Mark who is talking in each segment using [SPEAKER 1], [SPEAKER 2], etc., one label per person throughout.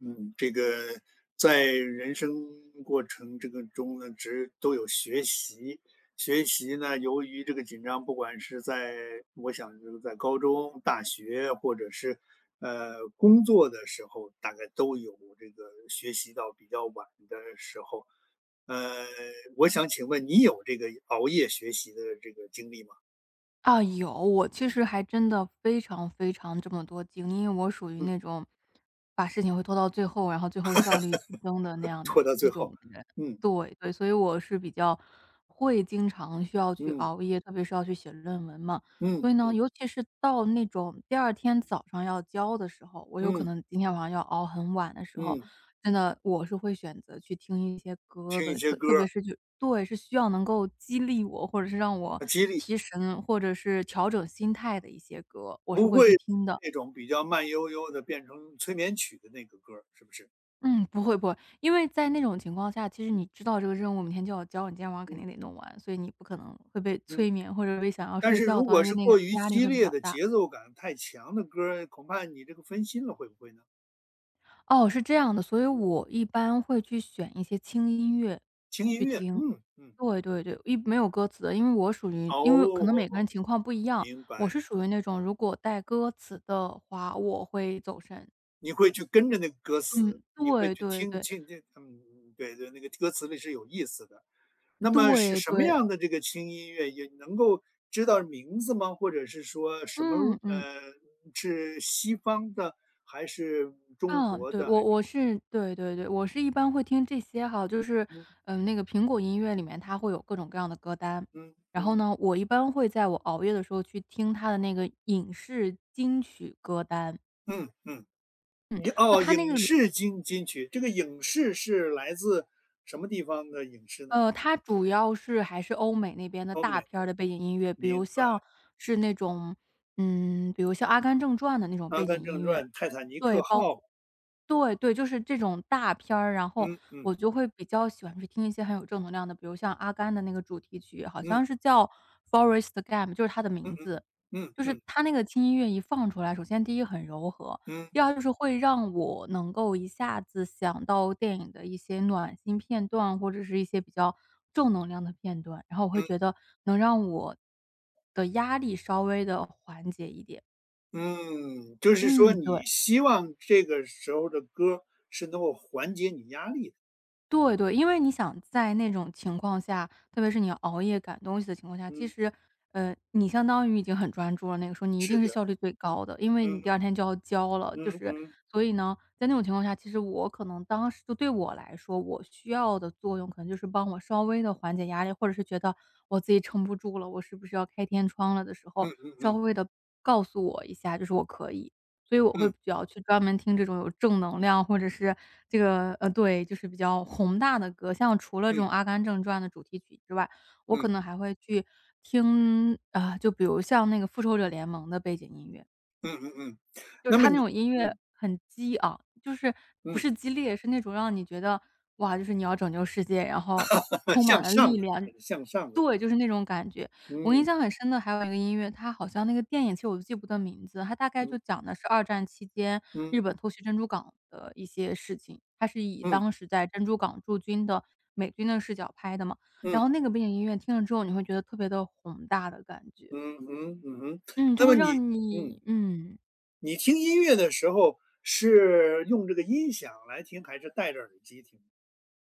[SPEAKER 1] 嗯，这个在人生过程这个中呢，只都有学习。学习呢，由于这个紧张，不管是在我想就是在高中、大学，或者是工作的时候，大概都有这个学习到比较晚的时候。呃，我想请问你有这个熬夜学习的这个经历吗？
[SPEAKER 2] 啊，有，我其实还真的非常非常这么多经历，因为我属于
[SPEAKER 1] 嗯，
[SPEAKER 2] 那种把事情会拖到最后，然后最后效率提升的那样的
[SPEAKER 1] 拖到
[SPEAKER 2] 一
[SPEAKER 1] 最后，
[SPEAKER 2] 种人。
[SPEAKER 1] 嗯
[SPEAKER 2] 对对，所以我是比较会经常需要去
[SPEAKER 1] 嗯
[SPEAKER 2] 熬夜，特别是要去写论文嘛。
[SPEAKER 1] 嗯
[SPEAKER 2] 所以呢，尤其是到那种第二天早上要交的时候，我有可
[SPEAKER 1] 嗯
[SPEAKER 2] 能今天晚上要熬很晚的时候，
[SPEAKER 1] 嗯，
[SPEAKER 2] 真的，我是会选择去听一些歌
[SPEAKER 1] 听一
[SPEAKER 2] 的，
[SPEAKER 1] 些
[SPEAKER 2] 特
[SPEAKER 1] 歌
[SPEAKER 2] 特别
[SPEAKER 1] 儿，
[SPEAKER 2] 是就对，是需要能够激励我，或者是让我
[SPEAKER 1] 啊激励。
[SPEAKER 2] 提神，或者是调整心态的一些歌，我是
[SPEAKER 1] 不
[SPEAKER 2] 会去
[SPEAKER 1] 会
[SPEAKER 2] 听的。
[SPEAKER 1] 那种比较慢悠悠的变成催眠曲的那个歌儿，是不是？
[SPEAKER 2] 嗯，不会不会，因为在那种情况下，其实你知道这个任务明天就要交，你今天晚上肯
[SPEAKER 1] 嗯，
[SPEAKER 2] 定得弄完，所以你不可能会被
[SPEAKER 1] 嗯。
[SPEAKER 2] 催眠，或者被想要
[SPEAKER 1] 但
[SPEAKER 2] 睡
[SPEAKER 1] 是
[SPEAKER 2] 觉
[SPEAKER 1] 如
[SPEAKER 2] 到，
[SPEAKER 1] 果
[SPEAKER 2] 因为
[SPEAKER 1] 是
[SPEAKER 2] 那个
[SPEAKER 1] 过于
[SPEAKER 2] 压力
[SPEAKER 1] 激
[SPEAKER 2] 会比较
[SPEAKER 1] 烈的
[SPEAKER 2] 大。
[SPEAKER 1] 节奏感太强的歌儿，恐怕你这个分心了，会不会呢？
[SPEAKER 2] 哦，是这样的，所以我一般会去选一些轻音乐
[SPEAKER 1] 轻音
[SPEAKER 2] 去
[SPEAKER 1] 乐，
[SPEAKER 2] 听。
[SPEAKER 1] 嗯，嗯，
[SPEAKER 2] 对
[SPEAKER 1] 嗯。
[SPEAKER 2] 对对，一没有歌词的，因为我属于
[SPEAKER 1] 哦，
[SPEAKER 2] 因为可能
[SPEAKER 1] 哦，
[SPEAKER 2] 每个人
[SPEAKER 1] 哦，
[SPEAKER 2] 情况不一样，
[SPEAKER 1] 明
[SPEAKER 2] 我
[SPEAKER 1] 白。
[SPEAKER 2] 是属于那种如果带歌词的话，我会走神。
[SPEAKER 1] 你会去跟着那个歌词，
[SPEAKER 2] 嗯，
[SPEAKER 1] 你会
[SPEAKER 2] 对
[SPEAKER 1] 去
[SPEAKER 2] 对
[SPEAKER 1] 听
[SPEAKER 2] 对，
[SPEAKER 1] 听这嗯，对对，那个歌词里是有意思的。那么是
[SPEAKER 2] 对
[SPEAKER 1] 什么
[SPEAKER 2] 对，
[SPEAKER 1] 样的这个轻音乐，也能够知道名字吗？或者是说什么
[SPEAKER 2] 嗯嗯。
[SPEAKER 1] 呃，是西方的还是中
[SPEAKER 2] 嗯，
[SPEAKER 1] 国
[SPEAKER 2] 对，
[SPEAKER 1] 的？还
[SPEAKER 2] 我
[SPEAKER 1] 是
[SPEAKER 2] 我是对对对，我是一般会听这些哈，就是，
[SPEAKER 1] 嗯
[SPEAKER 2] 嗯，那个苹果音乐里面它会有各种各样的歌单，
[SPEAKER 1] 嗯
[SPEAKER 2] 然后
[SPEAKER 1] 嗯
[SPEAKER 2] 呢，我一般会在我熬夜的时候去听它的那个影视金曲歌单，
[SPEAKER 1] 嗯嗯，
[SPEAKER 2] 就
[SPEAKER 1] 哦，
[SPEAKER 2] 它那
[SPEAKER 1] 影
[SPEAKER 2] 个里
[SPEAKER 1] 视金曲，这个影视是来自什么地方的影视呢？
[SPEAKER 2] 呃，它主要是还是欧美那边的
[SPEAKER 1] 欧
[SPEAKER 2] 大
[SPEAKER 1] 美，
[SPEAKER 2] 片儿的背景音乐，比如
[SPEAKER 1] 明白，
[SPEAKER 2] 像是那种，嗯，比如像《阿甘正传》的那种
[SPEAKER 1] 《阿
[SPEAKER 2] 背景
[SPEAKER 1] 甘
[SPEAKER 2] 音
[SPEAKER 1] 正传》
[SPEAKER 2] 乐。
[SPEAKER 1] 《泰坦尼
[SPEAKER 2] 对，
[SPEAKER 1] 克
[SPEAKER 2] 包
[SPEAKER 1] 号》
[SPEAKER 2] 括对对，就是这种大片儿，然后
[SPEAKER 1] 嗯
[SPEAKER 2] 我
[SPEAKER 1] 嗯
[SPEAKER 2] 就会比较喜欢去听一些很有正能量的，比如像阿甘的那个主题曲，好
[SPEAKER 1] 嗯
[SPEAKER 2] 像是叫《Forest Gump》 就是它的
[SPEAKER 1] 嗯
[SPEAKER 2] 名
[SPEAKER 1] 嗯
[SPEAKER 2] 字。
[SPEAKER 1] 嗯
[SPEAKER 2] 就是
[SPEAKER 1] 嗯
[SPEAKER 2] 它那个轻音乐一放出来，首先第一很柔和，
[SPEAKER 1] 嗯
[SPEAKER 2] 第二就是会让我能够一下子想到电影的一些暖心片段，或者是一些比较正能量的片段，然后我会
[SPEAKER 1] 嗯。
[SPEAKER 2] 觉得能让我的压力稍微的缓解一点。
[SPEAKER 1] 嗯，就是说
[SPEAKER 2] 嗯，对。
[SPEAKER 1] 你希望这个时候的歌是能够缓解你压力的，
[SPEAKER 2] 对对，因为你想在那种情况下，特别是你要熬夜赶东西的情况下，其
[SPEAKER 1] 嗯，
[SPEAKER 2] 实，你相当于已经很专注了，那个时候你一
[SPEAKER 1] 是
[SPEAKER 2] 定是
[SPEAKER 1] 的，
[SPEAKER 2] 效率最高的，因为你第
[SPEAKER 1] 嗯
[SPEAKER 2] 二天就要交了，就
[SPEAKER 1] 嗯
[SPEAKER 2] 是
[SPEAKER 1] 嗯
[SPEAKER 2] 所以呢，在那种情况下，其实我可能当时就对我来说，我需要的作用可能就是帮我稍微的缓解压力，或者是觉得我自己撑不住了，我是不是要开天窗了的时候，
[SPEAKER 1] 嗯嗯
[SPEAKER 2] 稍
[SPEAKER 1] 嗯
[SPEAKER 2] 微的告诉我一下，就是我可以。所以我会比
[SPEAKER 1] 嗯
[SPEAKER 2] 较去专门听这种有正能量，或者是这个对，就是比较宏大的歌。像除了这种《阿
[SPEAKER 1] 嗯
[SPEAKER 2] 甘正传》的主题曲之外，我可
[SPEAKER 1] 嗯
[SPEAKER 2] 能还会去听，啊、就比如像那个《复仇者联盟》的背景音乐，
[SPEAKER 1] 嗯嗯嗯
[SPEAKER 2] 就是
[SPEAKER 1] 那么
[SPEAKER 2] 它那
[SPEAKER 1] 你
[SPEAKER 2] 种音乐
[SPEAKER 1] 嗯
[SPEAKER 2] 很激昂，就是不
[SPEAKER 1] 嗯
[SPEAKER 2] 是激烈，是那种让你觉得哇，就是你要拯救世界，然后 充满
[SPEAKER 1] 向
[SPEAKER 2] 了
[SPEAKER 1] 上
[SPEAKER 2] 力
[SPEAKER 1] 的，
[SPEAKER 2] 量。
[SPEAKER 1] 很向上的，
[SPEAKER 2] 对，就是那种感觉。我印
[SPEAKER 1] 嗯
[SPEAKER 2] 象很深的还有一个音乐，它好像那个电影其实我记不得名字，它大概就
[SPEAKER 1] 嗯
[SPEAKER 2] 讲的是二战期间
[SPEAKER 1] 嗯
[SPEAKER 2] 日本偷袭珍珠港的一些事情，它是以
[SPEAKER 1] 嗯
[SPEAKER 2] 当时在珍珠港驻军的美军的视角拍的嘛。然
[SPEAKER 1] 嗯
[SPEAKER 2] 后那个背景音乐听了之后，你会觉得特别的宏大的感觉，
[SPEAKER 1] 嗯嗯嗯嗯。
[SPEAKER 2] 嗯，就
[SPEAKER 1] 那么
[SPEAKER 2] 会
[SPEAKER 1] 你
[SPEAKER 2] 让你
[SPEAKER 1] 嗯
[SPEAKER 2] 嗯。
[SPEAKER 1] 你听音乐的时候是用这个音响来听，还是戴着耳机听？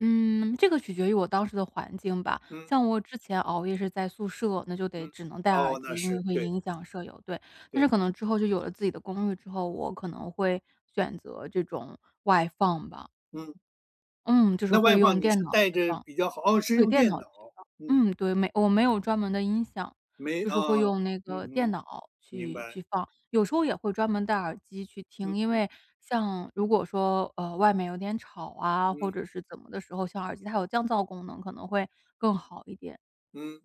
[SPEAKER 2] 嗯，这个取决于我当时的环境吧。
[SPEAKER 1] 嗯
[SPEAKER 2] 像我之前熬夜是在宿舍，那就得
[SPEAKER 1] 嗯，
[SPEAKER 2] 只能戴耳
[SPEAKER 1] 哦，那
[SPEAKER 2] 机，因为
[SPEAKER 1] 是
[SPEAKER 2] 会
[SPEAKER 1] 对
[SPEAKER 2] 影响舍友，对。但是
[SPEAKER 1] 对，
[SPEAKER 2] 可能之后就有了自己的公寓之后，我可能会选择这种外放吧，
[SPEAKER 1] 嗯。
[SPEAKER 2] 嗯，就是
[SPEAKER 1] 那外
[SPEAKER 2] 会用
[SPEAKER 1] 放你
[SPEAKER 2] 电
[SPEAKER 1] 是
[SPEAKER 2] 脑去
[SPEAKER 1] 带着
[SPEAKER 2] 放。
[SPEAKER 1] 比较好哦，是
[SPEAKER 2] 对，
[SPEAKER 1] 用
[SPEAKER 2] 电
[SPEAKER 1] 电
[SPEAKER 2] 脑
[SPEAKER 1] 脑，
[SPEAKER 2] 去放。
[SPEAKER 1] 嗯，
[SPEAKER 2] 嗯，对，没我没有专门的音响，
[SPEAKER 1] 没
[SPEAKER 2] 就
[SPEAKER 1] 啊，
[SPEAKER 2] 是会用那个
[SPEAKER 1] 嗯
[SPEAKER 2] 电
[SPEAKER 1] 哼，
[SPEAKER 2] 脑
[SPEAKER 1] 明
[SPEAKER 2] 去
[SPEAKER 1] 白，
[SPEAKER 2] 去放。有时候也会专门戴耳机去听，
[SPEAKER 1] 嗯
[SPEAKER 2] 因为像如果说，外面有点吵啊，或
[SPEAKER 1] 嗯
[SPEAKER 2] 者是怎么的时候，像耳机它有降噪功能，可能会更好一点。
[SPEAKER 1] 嗯，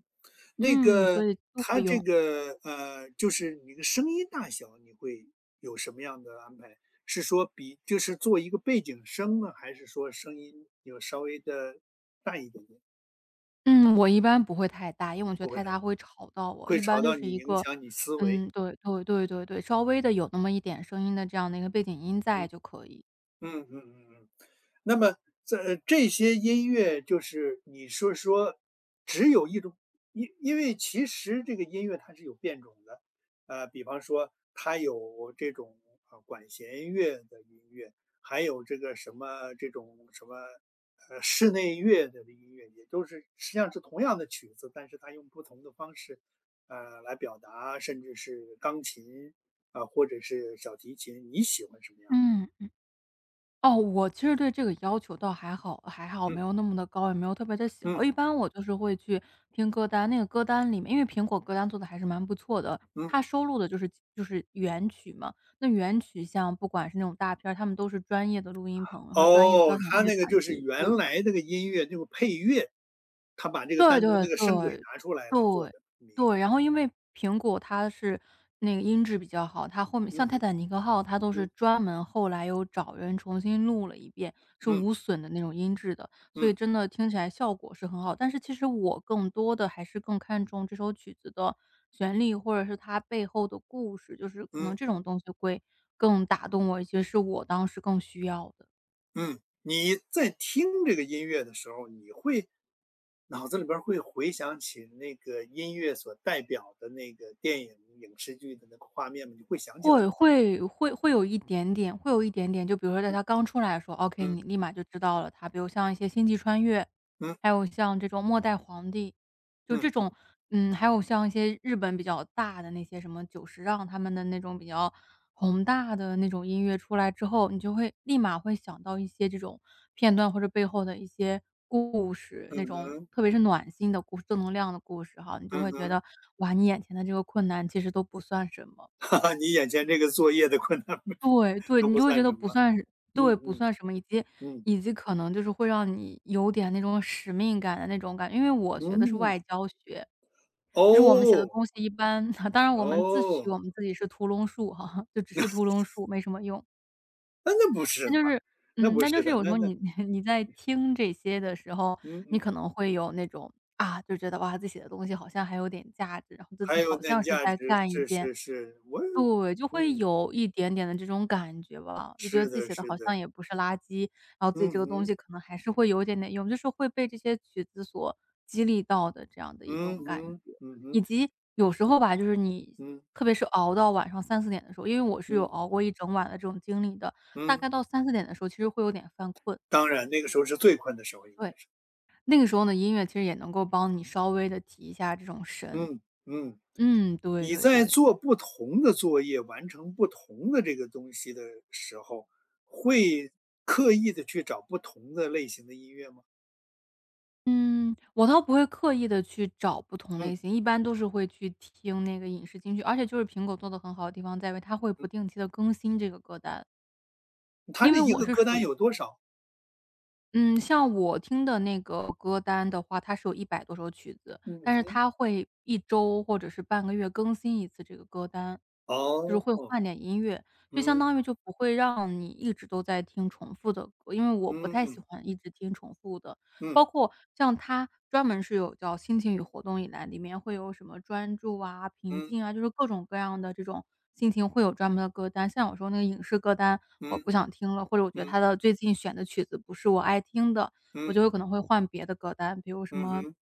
[SPEAKER 1] 那
[SPEAKER 2] 嗯，所
[SPEAKER 1] 个
[SPEAKER 2] 以都
[SPEAKER 1] 它
[SPEAKER 2] 会
[SPEAKER 1] 这
[SPEAKER 2] 用。
[SPEAKER 1] 个就是你的声音大小，你会有什么样的安排？是说就是做一个背景声呢，还是说声音有稍微的大一点点，
[SPEAKER 2] 嗯，我一般不会太大，因为我觉得
[SPEAKER 1] 会不会
[SPEAKER 2] 太
[SPEAKER 1] 的
[SPEAKER 2] 大会吵到我，
[SPEAKER 1] 会
[SPEAKER 2] 一般
[SPEAKER 1] 吵
[SPEAKER 2] 就
[SPEAKER 1] 到
[SPEAKER 2] 是
[SPEAKER 1] 你，
[SPEAKER 2] 一
[SPEAKER 1] 影
[SPEAKER 2] 个
[SPEAKER 1] 响你思维？
[SPEAKER 2] 嗯，对对对对对，稍微的有那么一点声音的这样的一个背景音在
[SPEAKER 1] 嗯。
[SPEAKER 2] 就可以。
[SPEAKER 1] 嗯嗯嗯嗯，那么这些音乐就是你说说只有一种，因为其实这个音乐它是有变种的，比方说它有这种管弦乐的音乐，还有这个什么这种什么室内乐的音乐，也就是实际上是同样的曲子，但是它用不同的方式来表达，甚至是钢琴啊、或者是小提琴，你喜欢什么样的？
[SPEAKER 2] 嗯。哦，我其实对这个要求倒还好还好，没
[SPEAKER 1] 嗯
[SPEAKER 2] 有那么的高，也没有特别的喜好。
[SPEAKER 1] 嗯。
[SPEAKER 2] 一般我就是会去听歌单，那个歌单里面因为苹果歌单做的还是蛮不错的，
[SPEAKER 1] 嗯，
[SPEAKER 2] 它收录的就是原曲嘛。那原曲像不管是那种大片儿，他们都是专业的录音棚，然后专业的交
[SPEAKER 1] 哦，
[SPEAKER 2] 响
[SPEAKER 1] 他
[SPEAKER 2] 乐
[SPEAKER 1] 那
[SPEAKER 2] 团
[SPEAKER 1] 个就是
[SPEAKER 2] 去
[SPEAKER 1] 原
[SPEAKER 2] 录的。
[SPEAKER 1] 来那个音乐那个配乐，他把这个
[SPEAKER 2] 对
[SPEAKER 1] 单独
[SPEAKER 2] 对
[SPEAKER 1] 那个声轨
[SPEAKER 2] 对，
[SPEAKER 1] 拿出来做
[SPEAKER 2] 对，
[SPEAKER 1] 的，明
[SPEAKER 2] 对。然
[SPEAKER 1] 白，
[SPEAKER 2] 后因为苹果它是那个音质比较好，它后面像
[SPEAKER 1] 嗯
[SPEAKER 2] 《泰
[SPEAKER 1] 哼，
[SPEAKER 2] 坦尼克号》，它都是
[SPEAKER 1] 嗯，
[SPEAKER 2] 专门后来又找人重新录了一遍，是
[SPEAKER 1] 嗯，
[SPEAKER 2] 无损的那种音质的，所以
[SPEAKER 1] 嗯，
[SPEAKER 2] 真的听起来效果是很好。但是其实我更多的还是更看重这首曲子的旋律，或者是它背后的故事，就是可能
[SPEAKER 1] 嗯，
[SPEAKER 2] 这种东西会更打动我一些，是我当时更需要的。
[SPEAKER 1] 嗯。你在听这个音乐的时候，你会脑子里边儿会回想起那个音乐所代表的那个电影、影视剧的那个画面吗？你会想起来？
[SPEAKER 2] 会会会会有一点点，会有一点点。就比如说在
[SPEAKER 1] 嗯，
[SPEAKER 2] 它刚出来的时候，OK，
[SPEAKER 1] 嗯，
[SPEAKER 2] 你立马就知道了它。比如像一些《星际穿越》，
[SPEAKER 1] 嗯，
[SPEAKER 2] 还有像这种《末代皇帝》，就
[SPEAKER 1] 嗯，
[SPEAKER 2] 这种，嗯，还有像一些日本比较大的那些什么久石让他们的那种比较宏大的那种音乐出来之后，你就会立马会想到一些这种片段或者背后的一些故事，那种
[SPEAKER 1] 嗯
[SPEAKER 2] 特别是暖心的故事正能量的故事哈，你就
[SPEAKER 1] 嗯
[SPEAKER 2] 会觉
[SPEAKER 1] 嗯
[SPEAKER 2] 得 哇，你眼前的这个困难其实都不算什么。
[SPEAKER 1] 哈哈，你眼前这个作业的困难
[SPEAKER 2] 对对，
[SPEAKER 1] 都
[SPEAKER 2] 你
[SPEAKER 1] 不
[SPEAKER 2] 就会觉
[SPEAKER 1] 算
[SPEAKER 2] 得
[SPEAKER 1] 什么，
[SPEAKER 2] 不算是
[SPEAKER 1] 嗯
[SPEAKER 2] 对，不
[SPEAKER 1] 嗯，
[SPEAKER 2] 算什么，以及
[SPEAKER 1] 嗯，
[SPEAKER 2] 以及可能就是会让你有点那种使命感的那种感觉。因为我学的是
[SPEAKER 1] 嗯。
[SPEAKER 2] 外交学，就是我们写的
[SPEAKER 1] 哦，
[SPEAKER 2] 东西一般 当然我们自诩
[SPEAKER 1] 哦，
[SPEAKER 2] 我们自己是屠龙术哈，就只是屠龙术，没什么用。
[SPEAKER 1] 那不是
[SPEAKER 2] 但
[SPEAKER 1] 吧？
[SPEAKER 2] 就是
[SPEAKER 1] 那
[SPEAKER 2] 嗯，
[SPEAKER 1] 不
[SPEAKER 2] 那就
[SPEAKER 1] 是
[SPEAKER 2] 是
[SPEAKER 1] 的，
[SPEAKER 2] 有时
[SPEAKER 1] 那
[SPEAKER 2] 候
[SPEAKER 1] 那
[SPEAKER 2] 你 你在听这些的时候，
[SPEAKER 1] 嗯
[SPEAKER 2] 你
[SPEAKER 1] 嗯，
[SPEAKER 2] 可能会有那种，啊，就觉得哇，自己写的东西好像还有点价值，然后自己
[SPEAKER 1] 还有
[SPEAKER 2] 好
[SPEAKER 1] 那
[SPEAKER 2] 像是
[SPEAKER 1] 价
[SPEAKER 2] 在
[SPEAKER 1] 值，
[SPEAKER 2] 干一
[SPEAKER 1] 是
[SPEAKER 2] 件
[SPEAKER 1] 是是，我
[SPEAKER 2] 对，就会
[SPEAKER 1] 嗯，
[SPEAKER 2] 有一点点的这种感觉吧，就觉得
[SPEAKER 1] 是
[SPEAKER 2] 自己
[SPEAKER 1] 的
[SPEAKER 2] 写的
[SPEAKER 1] 是
[SPEAKER 2] 好
[SPEAKER 1] 的，
[SPEAKER 2] 像也不是垃圾，然后自己
[SPEAKER 1] 嗯
[SPEAKER 2] 这个东
[SPEAKER 1] 哼，
[SPEAKER 2] 西可能还是会有一点点用，就是会被这些曲子所激励到的这样的一
[SPEAKER 1] 嗯
[SPEAKER 2] 种感
[SPEAKER 1] 哼，
[SPEAKER 2] 觉。
[SPEAKER 1] 嗯哼，
[SPEAKER 2] 以及有时候吧，就是你
[SPEAKER 1] 嗯
[SPEAKER 2] 特别是熬到晚上三四点的时候，因为我是有
[SPEAKER 1] 嗯
[SPEAKER 2] 熬过一整晚的这种经历的，大
[SPEAKER 1] 嗯，
[SPEAKER 2] 概到三四点的时候其实会有点犯困。
[SPEAKER 1] 当然那个时候是最困的时候应
[SPEAKER 2] 对，
[SPEAKER 1] 该是，
[SPEAKER 2] 那个时候呢，音乐其实也能够帮你稍微的提一下这种神。
[SPEAKER 1] 嗯嗯，
[SPEAKER 2] 嗯，对
[SPEAKER 1] 你
[SPEAKER 2] 对
[SPEAKER 1] 在
[SPEAKER 2] 对。
[SPEAKER 1] 做不同的作业，完成不同的这个东西的时候，会刻意的去找不同的类型的音乐吗？
[SPEAKER 2] 嗯，我倒不会刻意的去找不同类
[SPEAKER 1] 嗯
[SPEAKER 2] 型，一般都是会去听那个影视金曲。而且就是苹果做的很好的地方在于，它会不
[SPEAKER 1] 嗯，
[SPEAKER 2] 定期的更新这个歌单。
[SPEAKER 1] 他
[SPEAKER 2] 因
[SPEAKER 1] 这
[SPEAKER 2] 为
[SPEAKER 1] 一
[SPEAKER 2] 我
[SPEAKER 1] 个
[SPEAKER 2] 是
[SPEAKER 1] 歌
[SPEAKER 2] 属
[SPEAKER 1] 单
[SPEAKER 2] 于
[SPEAKER 1] 有多少？
[SPEAKER 2] 嗯，像我听的那个歌单的话，它是有100多首曲子，但是
[SPEAKER 1] 嗯。
[SPEAKER 2] 它会一周或者是半个月更新一次这个歌单，就是
[SPEAKER 1] 哦，
[SPEAKER 2] 会换点音乐。就相
[SPEAKER 1] 嗯，
[SPEAKER 2] 当于就不会让你一直都在听重复的歌，因为我不太喜
[SPEAKER 1] 嗯，
[SPEAKER 2] 欢一直听重复的
[SPEAKER 1] 嗯，
[SPEAKER 2] 包括像它专门是有叫心情与活动以来，里面会有什么专注啊、平
[SPEAKER 1] 嗯，
[SPEAKER 2] 静啊，就是各种各样的这种心情会有专门的歌单。像有时候那个影视歌单我
[SPEAKER 1] 嗯，
[SPEAKER 2] 不想听了，或者我觉得
[SPEAKER 1] 嗯，
[SPEAKER 2] 它的最近选的曲子不是我爱听的，我
[SPEAKER 1] 嗯，
[SPEAKER 2] 就有可能会换别的歌单，比如什
[SPEAKER 1] 嗯
[SPEAKER 2] 么
[SPEAKER 1] 哼，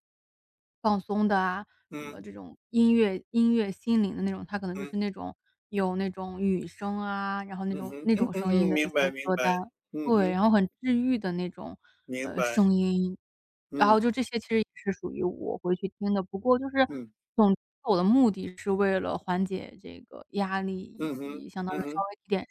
[SPEAKER 2] 放松的啊，什么
[SPEAKER 1] 嗯，
[SPEAKER 2] 这种音乐心灵的那种，它可能就
[SPEAKER 1] 嗯，
[SPEAKER 2] 是那种有那种雨声啊，然后那
[SPEAKER 1] 嗯
[SPEAKER 2] 种
[SPEAKER 1] 哼，
[SPEAKER 2] 那
[SPEAKER 1] 嗯
[SPEAKER 2] 种
[SPEAKER 1] 嗯
[SPEAKER 2] 声音
[SPEAKER 1] 嗯，
[SPEAKER 2] 的一
[SPEAKER 1] 明
[SPEAKER 2] 些
[SPEAKER 1] 白明
[SPEAKER 2] 歌
[SPEAKER 1] 白，
[SPEAKER 2] 单。
[SPEAKER 1] 嗯
[SPEAKER 2] 对，
[SPEAKER 1] 哼，
[SPEAKER 2] 然后很治愈的那种，
[SPEAKER 1] 明白，
[SPEAKER 2] 声音。然
[SPEAKER 1] 嗯，
[SPEAKER 2] 后就这些其实也是属于我会去听的，不过就是，
[SPEAKER 1] 嗯，
[SPEAKER 2] 总之我的目的是为了缓解这个压力，以
[SPEAKER 1] 嗯哼，
[SPEAKER 2] 及相当于
[SPEAKER 1] 嗯
[SPEAKER 2] 稍
[SPEAKER 1] 哼，
[SPEAKER 2] 微提点神，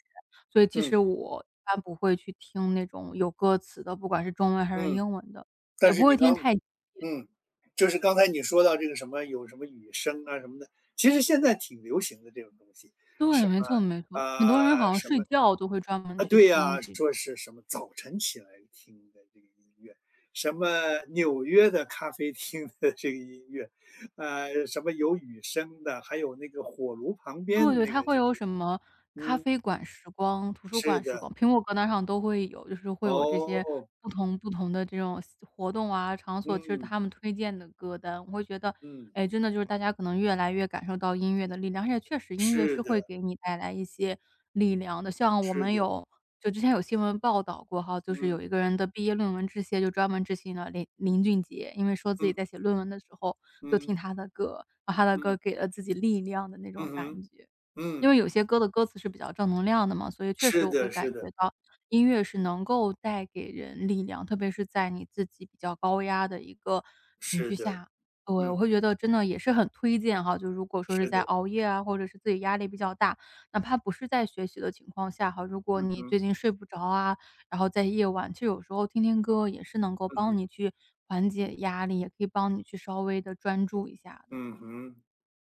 [SPEAKER 2] 所以其
[SPEAKER 1] 嗯，
[SPEAKER 2] 实我一般不会去听那种有歌词的，不管是中文还是
[SPEAKER 1] 嗯。
[SPEAKER 2] 英文的，也
[SPEAKER 1] 但
[SPEAKER 2] 不
[SPEAKER 1] 是
[SPEAKER 2] 会
[SPEAKER 1] 你
[SPEAKER 2] 听
[SPEAKER 1] 刚
[SPEAKER 2] 太
[SPEAKER 1] 嗯，就是刚才你说到这个什么有什么雨声啊什么的，其实现在挺流行的这种东西，
[SPEAKER 2] 对，
[SPEAKER 1] 什
[SPEAKER 2] 没
[SPEAKER 1] 么，
[SPEAKER 2] 错没错，很多人好
[SPEAKER 1] 啊，
[SPEAKER 2] 像
[SPEAKER 1] 什
[SPEAKER 2] 睡
[SPEAKER 1] 么
[SPEAKER 2] 觉都会专门
[SPEAKER 1] 啊，
[SPEAKER 2] 去
[SPEAKER 1] 对
[SPEAKER 2] 听，
[SPEAKER 1] 呀，
[SPEAKER 2] 其实。
[SPEAKER 1] 说是什么早晨起来听的这个音乐，什么纽约的咖啡厅的这个音乐，什么有雨声的，还有那个火炉旁边
[SPEAKER 2] 对
[SPEAKER 1] 的
[SPEAKER 2] 对，
[SPEAKER 1] 那
[SPEAKER 2] 它
[SPEAKER 1] 个
[SPEAKER 2] 会
[SPEAKER 1] 声
[SPEAKER 2] 有
[SPEAKER 1] 音。
[SPEAKER 2] 什么咖
[SPEAKER 1] 嗯，
[SPEAKER 2] 啡馆时光、图书
[SPEAKER 1] 是
[SPEAKER 2] 馆时
[SPEAKER 1] 的，
[SPEAKER 2] 光，苹果歌单上都会有，就是会有这些
[SPEAKER 1] 哦，
[SPEAKER 2] 不同的这种活动啊、场所，其实
[SPEAKER 1] 嗯
[SPEAKER 2] 他们推荐的歌单。我会觉得，
[SPEAKER 1] 嗯，
[SPEAKER 2] 哎，真的就是大家可能越来越感受到音乐的力量，而且确实音乐
[SPEAKER 1] 是
[SPEAKER 2] 是
[SPEAKER 1] 的
[SPEAKER 2] 会给你带来一些力量的。像我
[SPEAKER 1] 是
[SPEAKER 2] 们
[SPEAKER 1] 的，
[SPEAKER 2] 有就之前有新闻报道过哈，就是有
[SPEAKER 1] 嗯
[SPEAKER 2] 一个人的毕业论文致谢，就专门致谢了林俊杰，因为说自己
[SPEAKER 1] 嗯
[SPEAKER 2] 在写论文的时候就
[SPEAKER 1] 嗯
[SPEAKER 2] 听他的歌，然后他的歌
[SPEAKER 1] 嗯，
[SPEAKER 2] 给了自己力量的那种
[SPEAKER 1] 嗯哼，
[SPEAKER 2] 感觉。
[SPEAKER 1] 嗯，
[SPEAKER 2] 因为有些歌的歌词是比较正能量的嘛，所以确实
[SPEAKER 1] 是
[SPEAKER 2] 我会
[SPEAKER 1] 的
[SPEAKER 2] 感
[SPEAKER 1] 是
[SPEAKER 2] 觉
[SPEAKER 1] 的
[SPEAKER 2] 到音乐是能够带给人力量，特别是在你自己比较高压的一个情绪
[SPEAKER 1] 是的，
[SPEAKER 2] 下。对，我
[SPEAKER 1] 嗯，
[SPEAKER 2] 会觉得真的也是很推荐哈，就如果说是
[SPEAKER 1] 是
[SPEAKER 2] 在
[SPEAKER 1] 的，
[SPEAKER 2] 熬夜啊，或者是自己压力比较大，哪怕不是在学习的情况下哈，如果
[SPEAKER 1] 嗯
[SPEAKER 2] 你
[SPEAKER 1] 哼，
[SPEAKER 2] 最近睡不着啊，然后在夜晚，其实有时候听听歌也是能够
[SPEAKER 1] 嗯
[SPEAKER 2] 帮
[SPEAKER 1] 哼，
[SPEAKER 2] 你去缓解压力，也可以帮你去稍微的专注一下的。
[SPEAKER 1] 嗯哼。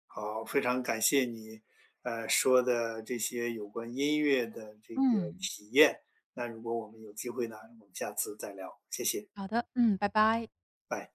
[SPEAKER 1] 好，非常感谢你，说的这些有关音乐的这个
[SPEAKER 2] 嗯。
[SPEAKER 1] 体验。那如果我们有机会呢，我们下次再聊，谢谢，
[SPEAKER 2] 好的，嗯，拜拜。
[SPEAKER 1] 拜。